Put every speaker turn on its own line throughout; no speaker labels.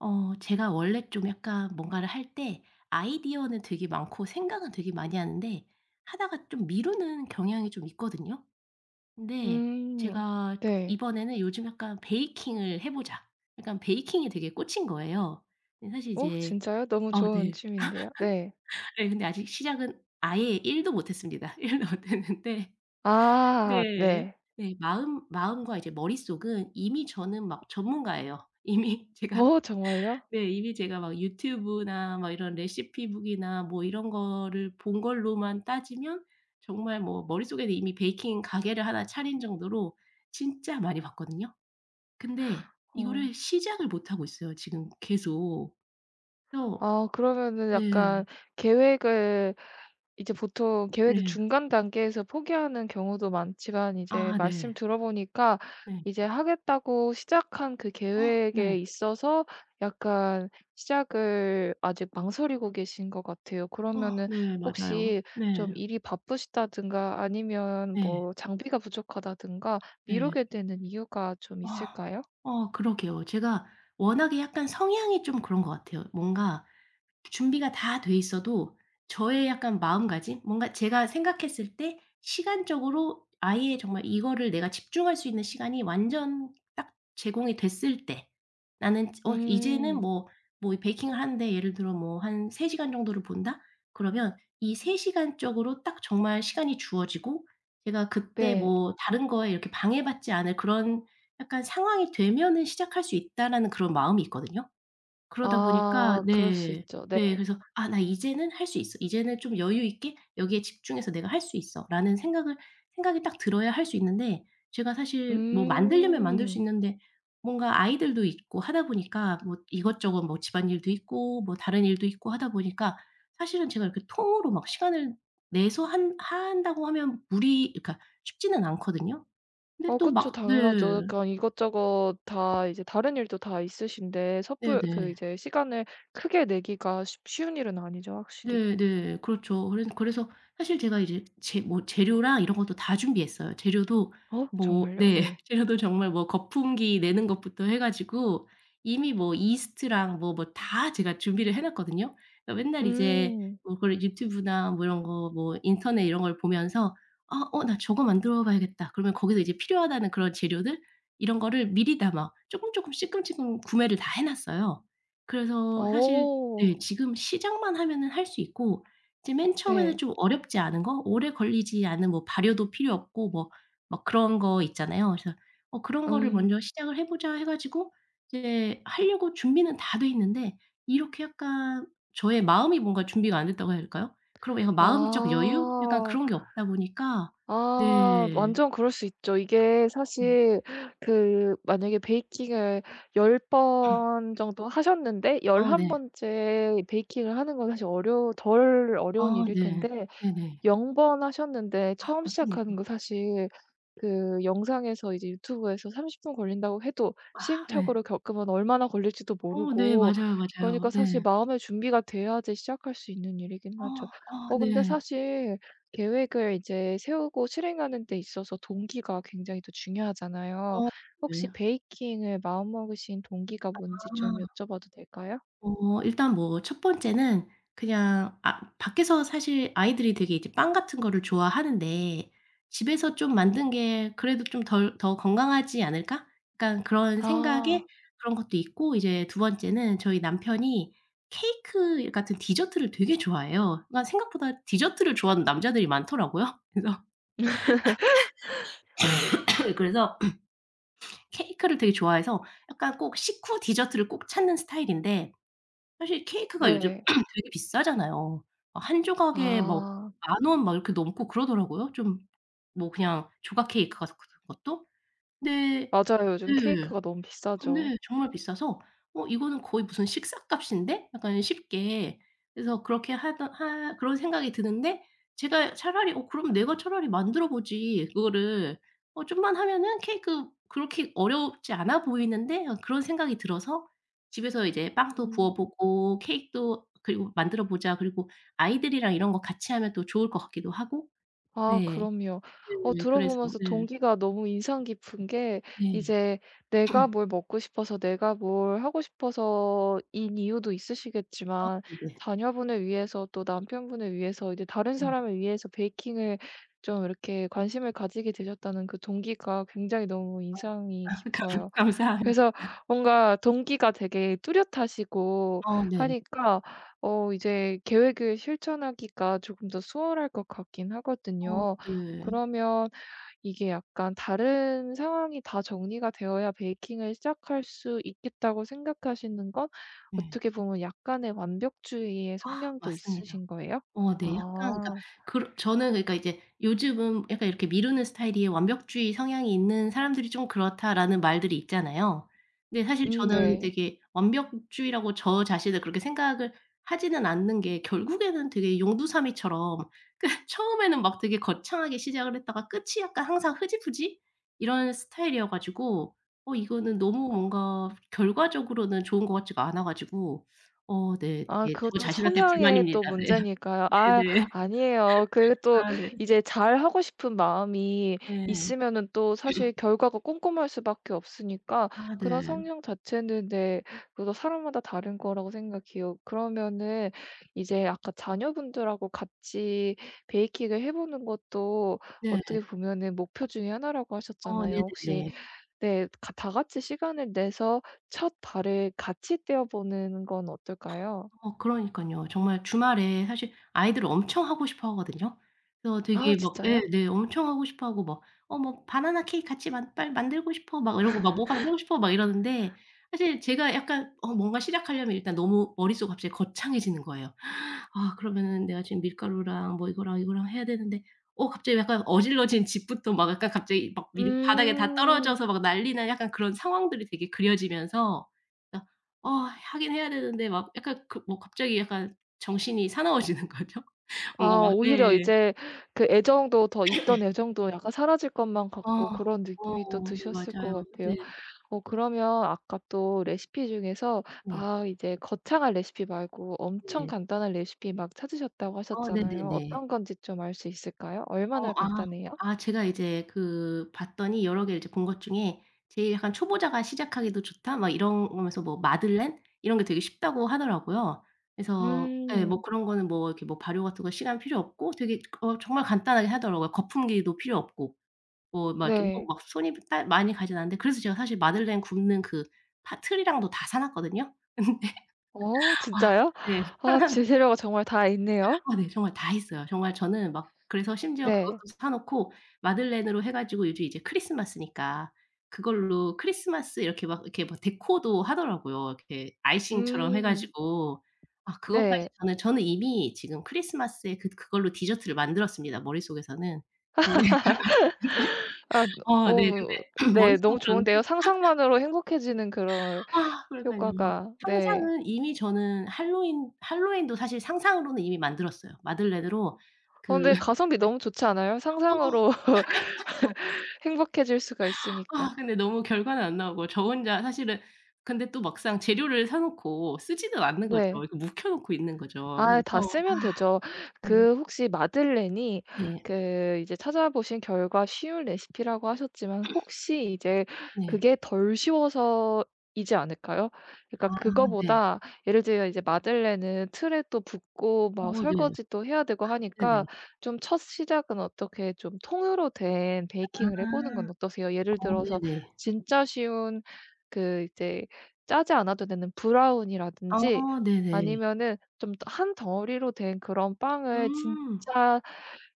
어 제가 원래 좀 약간 뭔가를 할 때 아이디어는 되게 많고 생각은 되게 많이 하는데 하다가 좀 미루는 경향이 좀 있거든요. 근데
음.
제가
네.
이번에는 요즘 약간 '베이킹을 해 보자.' 약간 베이킹이 되게 꽂힌 거예요. 근데 사실
오
이제
진짜요? 너무
어
좋은
네.
취미인데요. 네.
네 근데 아직 시작은 아예 1도 못 했습니다. 1도 못 했는데
아
네.
네.
네 마음과 이제 머릿속은 이미 저는 막 전문가예요. 이미 제가
어 정말요?
네. 이미 제가 막 유튜브나 막 이런 레시피북이나 뭐 이런 거를 본 걸로만 따지면 정말 뭐 머릿속에는 이미 베이킹 가게를 하나 차린 정도로 진짜 많이 봤거든요. 근데
어.
이거를 시작을 못 하고 있어요 지금 계속. 그래서
아 그러면은 약간
네.
계획을 이제 보통 계획
네.
중간 단계에서 포기하는 경우도 많지만 이제
아
말씀
네.
들어보니까
네.
이제 하겠다고 시작한 그
어 네.
계획에 있어서 약간 시작을 아직 망설이고 계신 것 같아요.
어
그러면은
네. 맞아요.
혹시
네.
좀 일이 바쁘시다든가 아니면
네.
뭐 장비가 부족하다든가
네.
미루게 되는 이유가 좀
어.
있을까요?
어 그러게요. 제가 워낙에 약간 성향이 좀 그런 것 같아요. 뭔가 준비가 다 돼 있어도 저의 약간 마음가짐? 뭔가 제가 생각했을 때 시간적으로 아예 정말 이거를 내가 집중할 수 있는 시간이 완전 딱 제공이 됐을 때 나는 어 이제는
음.
뭐 베이킹을 하는데 예를 들어 뭐 한 3시간 시간 정도를 본다? 그러면 이 3시간 시간 쪽으로 딱 정말 시간이 주어지고 제가 그때
네.
뭐 다른 거에 이렇게 방해받지 않을 그런 약간 상황이 되면은 시작할 수 있다라는 그런 마음이 있거든요. 그러다 보니까
아 그럴 수
네.
있죠. 네.
네. 그래서 '아 나 이제는 할 수 있어. 이제는 좀 여유 있게 여기에 집중해서 내가 할 수 있어.'라는 생각을 생각이 딱 들어야 할 수 있는데 제가 사실 뭐 만들려면 만들 수
음.
있는데 뭔가 아이들도 있고 하다 보니까 뭐 이것저것 뭐 집안일도 있고 뭐 다른 일도 있고 하다 보니까 사실은 제가 이렇게 통으로 막 시간을 내서 한 한다고 하면 무리 그러니까 쉽지는 않거든요. 근데
어
또
그쵸.
막 네.
당연하죠. 그러니까 이것저것 다 이제 다른 일도 다 있으신데 섣불 그
네네.
이제 시간을 크게 내기가 쉽 쉬운 일은 아니죠 확실히.
네네. 그렇죠. 그래 그래서 사실 제가 이제 재 뭐 재료랑 이런 것도 다 준비했어요. 재료도
어
뭐
정말요?
네.
네.
재료도 정말 뭐 거품기 내는 것부터 해 가지고 이미 뭐 이스트랑 뭐 다 제가 준비를 해 놨거든요. 그러니까 맨날 이제
음.
뭐 그런 유튜브나 뭐 이런 거 뭐 인터넷 이런 걸 보면서 '아 어 나 저거 만들어 봐야겠다.' 그러면 거기서 이제 필요하다는 그런 재료들 이런 거를 미리 다 막 쪼금쪼끔씩 찔끔찔끔 구매를 다 해 놨어요. 그래서 사실
오
네. 지금 시작만 하면은 할 수 있고 이제 맨 처음에는
네.
좀 어렵지 않은 거 오래 걸리지 않은 뭐 발효도 필요 없고 뭐 막 그런 거 있잖아요. 그래서 어 그런 거를
음.
먼저 시작을 해 보자 해 가지고 이제 하려고 준비는 다 돼 있는데 이렇게 약간 저의 마음이 뭔가 준비가 안 됐다고 해야 될까요? 그런 약간 마음적 여유? 약간
아.
그런 게 없다 보니까
아
네.
완전 그럴 수 있죠. 이게
음.
사실 그 만약에 베이킹을 10번 정도 하셨는데
어
11
네.
번째 베이킹을 하는 건 사실 어려 덜 어려운
아
일일
네.
텐데
네네.
0번 하셨는데
아
처음 시작하는 거
맞습니다.
사실 그 영상에서 이제 유튜브에서 30분 걸린다고 해도
아 예.
시행착오를 겪으면 얼마나 걸릴지도
어 네.
모르고
맞아요, 맞아요.
그러니까 사실
네.
마음의 준비가 돼야지 시작할 수 있는 일이긴
어
하죠.
어
어 근데
네.
사실 계획을 이제 세우고 실행하는 데 있어서 동기가 굉장히 또 중요하잖아요.
어 네.
혹시 베이킹을 마음먹으신 동기가 뭔지
아.
좀 여쭤봐도 될까요?
어 일단 뭐 첫 번째는 그냥 아 밖에서 사실 아이들이 되게 이제 빵 같은 거를 좋아하는데 '집에서 좀 만든 게 그래도 좀 덜 더 건강하지 않을까?' 약간 그런
아.
생각에 그런 것도 있고 이제 두 번째는 저희 남편이 케이크 같은 디저트를 되게 좋아해요. 그러니까 생각보다 디저트를 좋아하는 남자들이 많더라고요. 그래서 그래서 케이크를 되게 좋아해서 약간 꼭 식후 디저트를 꼭 찾는 스타일인데 사실 케이크가 요즘
네.
되게 비싸잖아요. 막 한 조각에 뭐
아.
10,000원 막 이렇게 넘고 그러더라고요. 좀 뭐 그냥 조각 케이크 같은 것도. 근데
맞아요. 요즘
네.
케이크가 너무
아
비싸죠.
네. 정말 비싸서 '어 이거는 거의 무슨 식사값인데?' 약간 쉽게 그래서 그렇게 하던 하 그런 생각이 드는데 제가 차라리 '어 그럼 내가 차라리 만들어 보지.' 그거를 어 '좀만 하면은 케이크 그렇게 어렵지 않아 보이는데?' 어 그런 생각이 들어서 집에서 이제 빵도
음.
구워 보고 케이크도 그리고 '만들어 보자.' 그리고 아이들이랑 이런 거 같이 하면 또 좋을 것 같기도 하고.
아
네.
그럼요. 어
네. 그래서
들어보면서
네.
동기가 너무 인상 깊은 게
네.
이제 내가 뭘 먹고 싶어서 내가 뭘 하고 싶어서인 이유도 있으시겠지만
네네.
자녀분을 위해서 또 남편분을 위해서 이제 다른
네.
사람을 위해서 베이킹을 좀 이렇게 관심을 가지게 되셨다는 그 동기가 굉장히 너무
아
인상이
감
깊어요.
감사합니다.
그래서 뭔가 동기가 되게 뚜렷하시고
어 네.
하니까 어 이제 계획을 실천하기가 조금 더 수월할 것 같긴
어
하거든요.
네.
그러면 이게 약간 다른 상황이 다 정리가 되어야 베이킹을 시작할 수 있겠다고 생각하시는 건
네.
어떻게 보면 약간의 완벽주의의 성향도
맞습니다.
있으신 거예요?
어 네. 약간 그러니까
아.
그러 저는 그러니까 이제 요즘은 약간 이렇게 미루는 스타일이 "완벽주의 성향이 있는 사람들이 좀 그렇다."라는 말들이 있잖아요. 근데 사실 저는
네.
되게 완벽주의라고 저 자신을 그렇게 생각을 하지는 않는 게 결국에는 되게 용두사미처럼 그 처음에는 막 되게 거창하게 시작을 했다가 끝이 약간 항상 흐지부지 이런 스타일이어 가지고 어 이거는 너무 뭔가 결과적으로는 좋은 것 같지가 않아 가지고 어 네
아
되게 저
그것도
자신한테
성향의 또
불만입니다. 네.
문제니까요. 아
네네.
아니에요. 그 또
아 네.
이제 잘하고 싶은 마음이
네.
있으면은 또 사실 결과가 꼼꼼할 수밖에 없으니까
아 네.
그런 성향 자체는 네 그래도 사람마다 다른 거라고 생각해요. 그러면은 이제 아까 자녀분들하고 같이 베이킹을 해 보는 것도
네.
어떻게 보면은 목표 중에 하나라고
어
하셨잖아요. 혹시
네네네.
네 가 다 같이 시간을 내서 첫 발을 같이 떼어 보는 건 어떨까요?
어 그러니깐요. 정말 주말에 사실 아이들 엄청 하고 싶어 하거든요. 그래서
아
되게 막 예
진짜요?
네 엄청 하고 싶어 하고 막 "어 뭐 바나나 케이크 같이 만 빨리 만들고 싶어." 막 이러고 막 "뭐가 만들고 싶어." 막 이러는데 사실 제가 약간 어 뭔가 시작하려면 일단 너무 머릿속 갑자기 거창해지는 거예요. 아 그러면은 내가 지금 밀가루랑 뭐 이거랑 이거랑 해야 되는데 어 갑자기 약간 어질러진 집부터 막 약간 갑자기 막 밀 바닥에 다
음.
떨어져서 막 난리 난 약간 그런 상황들이 되게 그려지면서 '아 어 하긴 해야 되는데 막 약간 그 뭐 갑자기 약간 정신이 사나워지는 거죠. 뭔가
아
막
오히려
네.
이제 그 애정도 더 있던 애정도 약간 사라질 것만
어.
같고 그런 느낌이 또
어 네
드셨을 것
맞아요.
같아요.
네.
어 그러면 아까 또 레시피 중에서
네.
막 이제 거창한 레시피 말고 엄청
네.
간단한 레시피 막 찾으셨다고
어
하셨잖아요.
네네네.
어떤 건지 좀 알 수 있을까요?
어
얼마나
아.
간단해요?
아 제가 이제 그 봤더니 여러 개 이제 본 것 중에 제일 약간 '초보자가 시작하기도 좋다.' 막 이러면서 뭐 마들렌 이런 게 되게 쉽다고 하더라고요. 그래서 예 뭐
음.
그런 거는 뭐 이렇게 뭐 발효 같은 거 시간 필요 없고 되게 어 정말 간단하게 하더라고요. 거품기도 필요 없고. 뭐 막 이렇게 뭐
네.
막 손이 따 많이 가진 않는데 그래서 제가 사실 마들렌 굽는 그 파 틀이랑도 다 사 놨거든요. 아
어 진짜요?
네.
아 재료가 정말 다 있네요.
아 네. 정말 다 했어요. 정말 저는 막 그래서 심지어 그것도
네.
사 놓고 마들렌으로 해 가지고 요즘 이제 크리스마스니까 그걸로 크리스마스 이렇게 막 이렇게 막 데코도 하더라고요. 이렇게 아이싱처럼 해
음.
가지고. 아 그것까지
네.
저는 이미 지금 크리스마스에 그 그걸로 디저트를 만들었습니다 머릿속에서는. 근데
아
어 네
어
근데
네. 너무
머릿속은 그런데
좋은데요. 상상만으로 행복해지는 그런
아 그러니깐요.
효과가. 네.
상상은 이미 저는 할로윈도 사실 상상으로는 이미 만들었어요. 마들렌으로
어
그
근데 가성비 너무 좋지 않아요?
어
상상으로 행복해질 수가 있으니까.
아 근데 너무 결과는 안 나오고 저 혼자 사실은 근데 또 막상 재료를 사 놓고 쓰지는 않는 거죠.
네.
이렇게 묵혀 놓고 있는 거죠.
아
그래서
다 쓰면 되죠.
네.
그 혹시 마들렌이
네.
그 이제 찾아보신 결과 쉬운 레시피라고 하셨지만 혹시 이제
네.
그게 덜 쉬워서 이지 않을까요? 그러니까
아 네.
그거보다 예를 들면 이제 마들렌은 틀에 또 붓고 막
어 네.
설거지 또 해야 되고 하니까
네네.
좀 첫 시작은 어떻게 좀 통으로 된 베이킹을
아.
해 보는 건 어떠세요? 예를
어
들어서
네네.
진짜 쉬운 그 이제 짜지 않아도 되는 브라운이라든지
어 네네.
아니면은 좀 한 덩어리로 된 그런 빵을
음.
진짜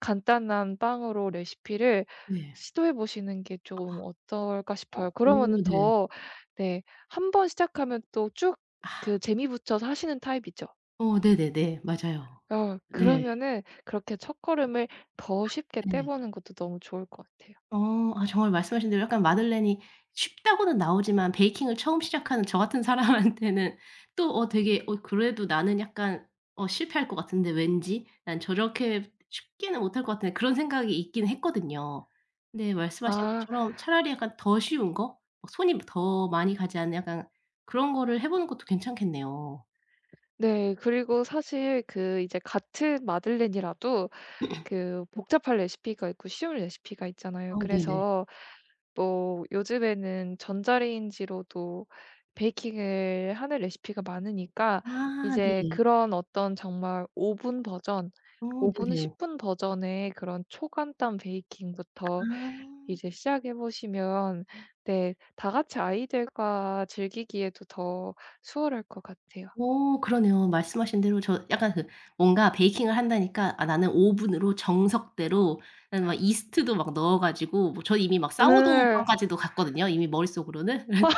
간단한 빵으로 레시피를
네.
시도해 보시는 게 좀 어떨까
어
싶어요.
오
그러면은
네.
더 네 한 번 시작하면 또 쭉
아.
그 재미 붙여서 하시는 타입이죠.
어 네네네. 맞아요.
어
네.
그러면은 그렇게 첫걸음을 더 쉽게
네.
떼보는 것도 너무 좋을 것 같아요.
어. 아 정말 말씀하신 대로 약간 마들렌이 쉽다고는 나오지만 베이킹을 처음 시작하는 저 같은 사람한테는 또 어 되게 어 그래도 나는 약간 어 실패할 것 같은데 왠지 난 저렇게 쉽게는 못할 것 같은데 그런 생각이 있긴 했거든요. 근데 말씀하신
아
것처럼 차라리 약간 더 쉬운 거? 막 손이 더 많이 가지 않는 약간 그런 거를 해 보는 것도 괜찮겠네요.
네. 그리고 사실 그 이제 같은 마들렌이라도 그 복잡한 레시피가 있고 쉬운 레시피가 있잖아요.
어 네네.
그래서 뭐 요즘에는 전자레인지로도 베이킹을 하는 레시피가 많으니까
아 네.
이제 그런 어떤 정말 5분 버전,
어
5 분,
네네.
10분 버전의 그런 초간단 베이킹부터
아.
이제 시작해 보시면 네 다 같이 아이들과 즐기기에도 더 수월할 것 같아요.
어 그러네요. 말씀하신 대로 저 약간 그 뭔가 베이킹을 한다니까 아 나는 오븐으로 정석대로 나는 막 이스트도 막 넣어 가지고 뭐 저 이미 막 사워도우
예.
빵까지도 갔거든요, 이미 머릿속으로는. 그래서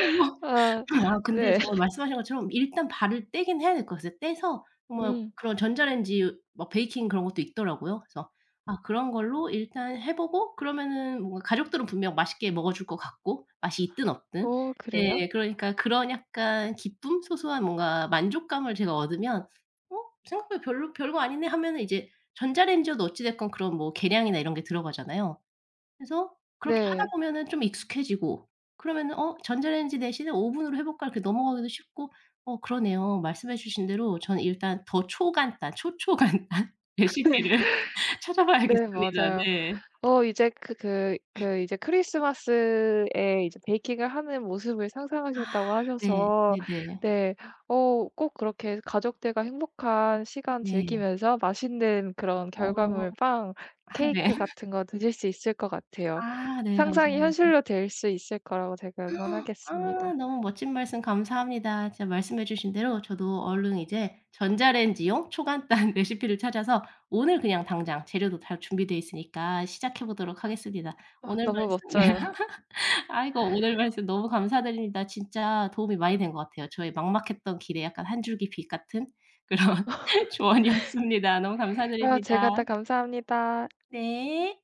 어머.
아
아 근데
네.
정말 말씀하신 것처럼 일단 발을 떼긴 해야 될 것 같아요. 떼서 정말
음.
그런 전자레인지 막 베이킹 그런 것도 있더라고요. 그래서 아 그런 걸로 일단 해 보고 그러면은 뭔가 가족들은 분명 맛있게 먹어줄 것 같고 맛이 있든 없든.
어 그래요?
네. 그러니까 그런 약간 기쁨? 소소한 뭔가 만족감을 제가 얻으면 '어 생각보다 별로 별거 아니네.' 하면은 이제 전자레인지여도 어찌 됐건 그런 뭐 계량이나 이런 게 들어가잖아요. 그래서 그렇게 하다
네.
보면은 좀 익숙해지고 그러면은 '어 전자레인지 대신에 오븐으로 해 볼까?' 이렇게 넘어가기도 쉽고 어 그러네요. 말씀해 주신 대로 저는 일단 더 초간단, 초초간단
네.
레시피를
네
찾아봐야겠습니다.
맞아요.
네.
어 이제 그 이제 크리스마스에 이제 베이킹을 하는 모습을
아
상상하셨다고
네.
하셔서
네네.
네. 어 꼭 그렇게 가족들과 행복한 시간
네.
즐기면서 맛있는 그런
어.
결과물 빵,
아 네.
케이크 같은 거 드실 수 있을 것 같아요.
아 네.
상상이
감사합니다.
현실로 될 수 있을 거라고 제가
아
응원하겠습니다.
너무 멋진 말씀 감사합니다. 진짜 말씀해 주신 대로 저도 얼른 이제 전자레인지용 초간단 레시피를 찾아서 오늘 그냥 당장 재료도 다 준비되어 있으니까 시작해 보도록 하겠습니다.
어
오늘
너무
말씀 네.
멋져요.
아이고 오늘 말씀 너무 감사드립니다. 진짜 도움이 많이 된 것 같아요. 저의 막막했던 길에 약간 한 줄기 빛 같은 그런 조언이었습니다. 너무
아 제가
감사드립니다.
다 감사합니다.
네.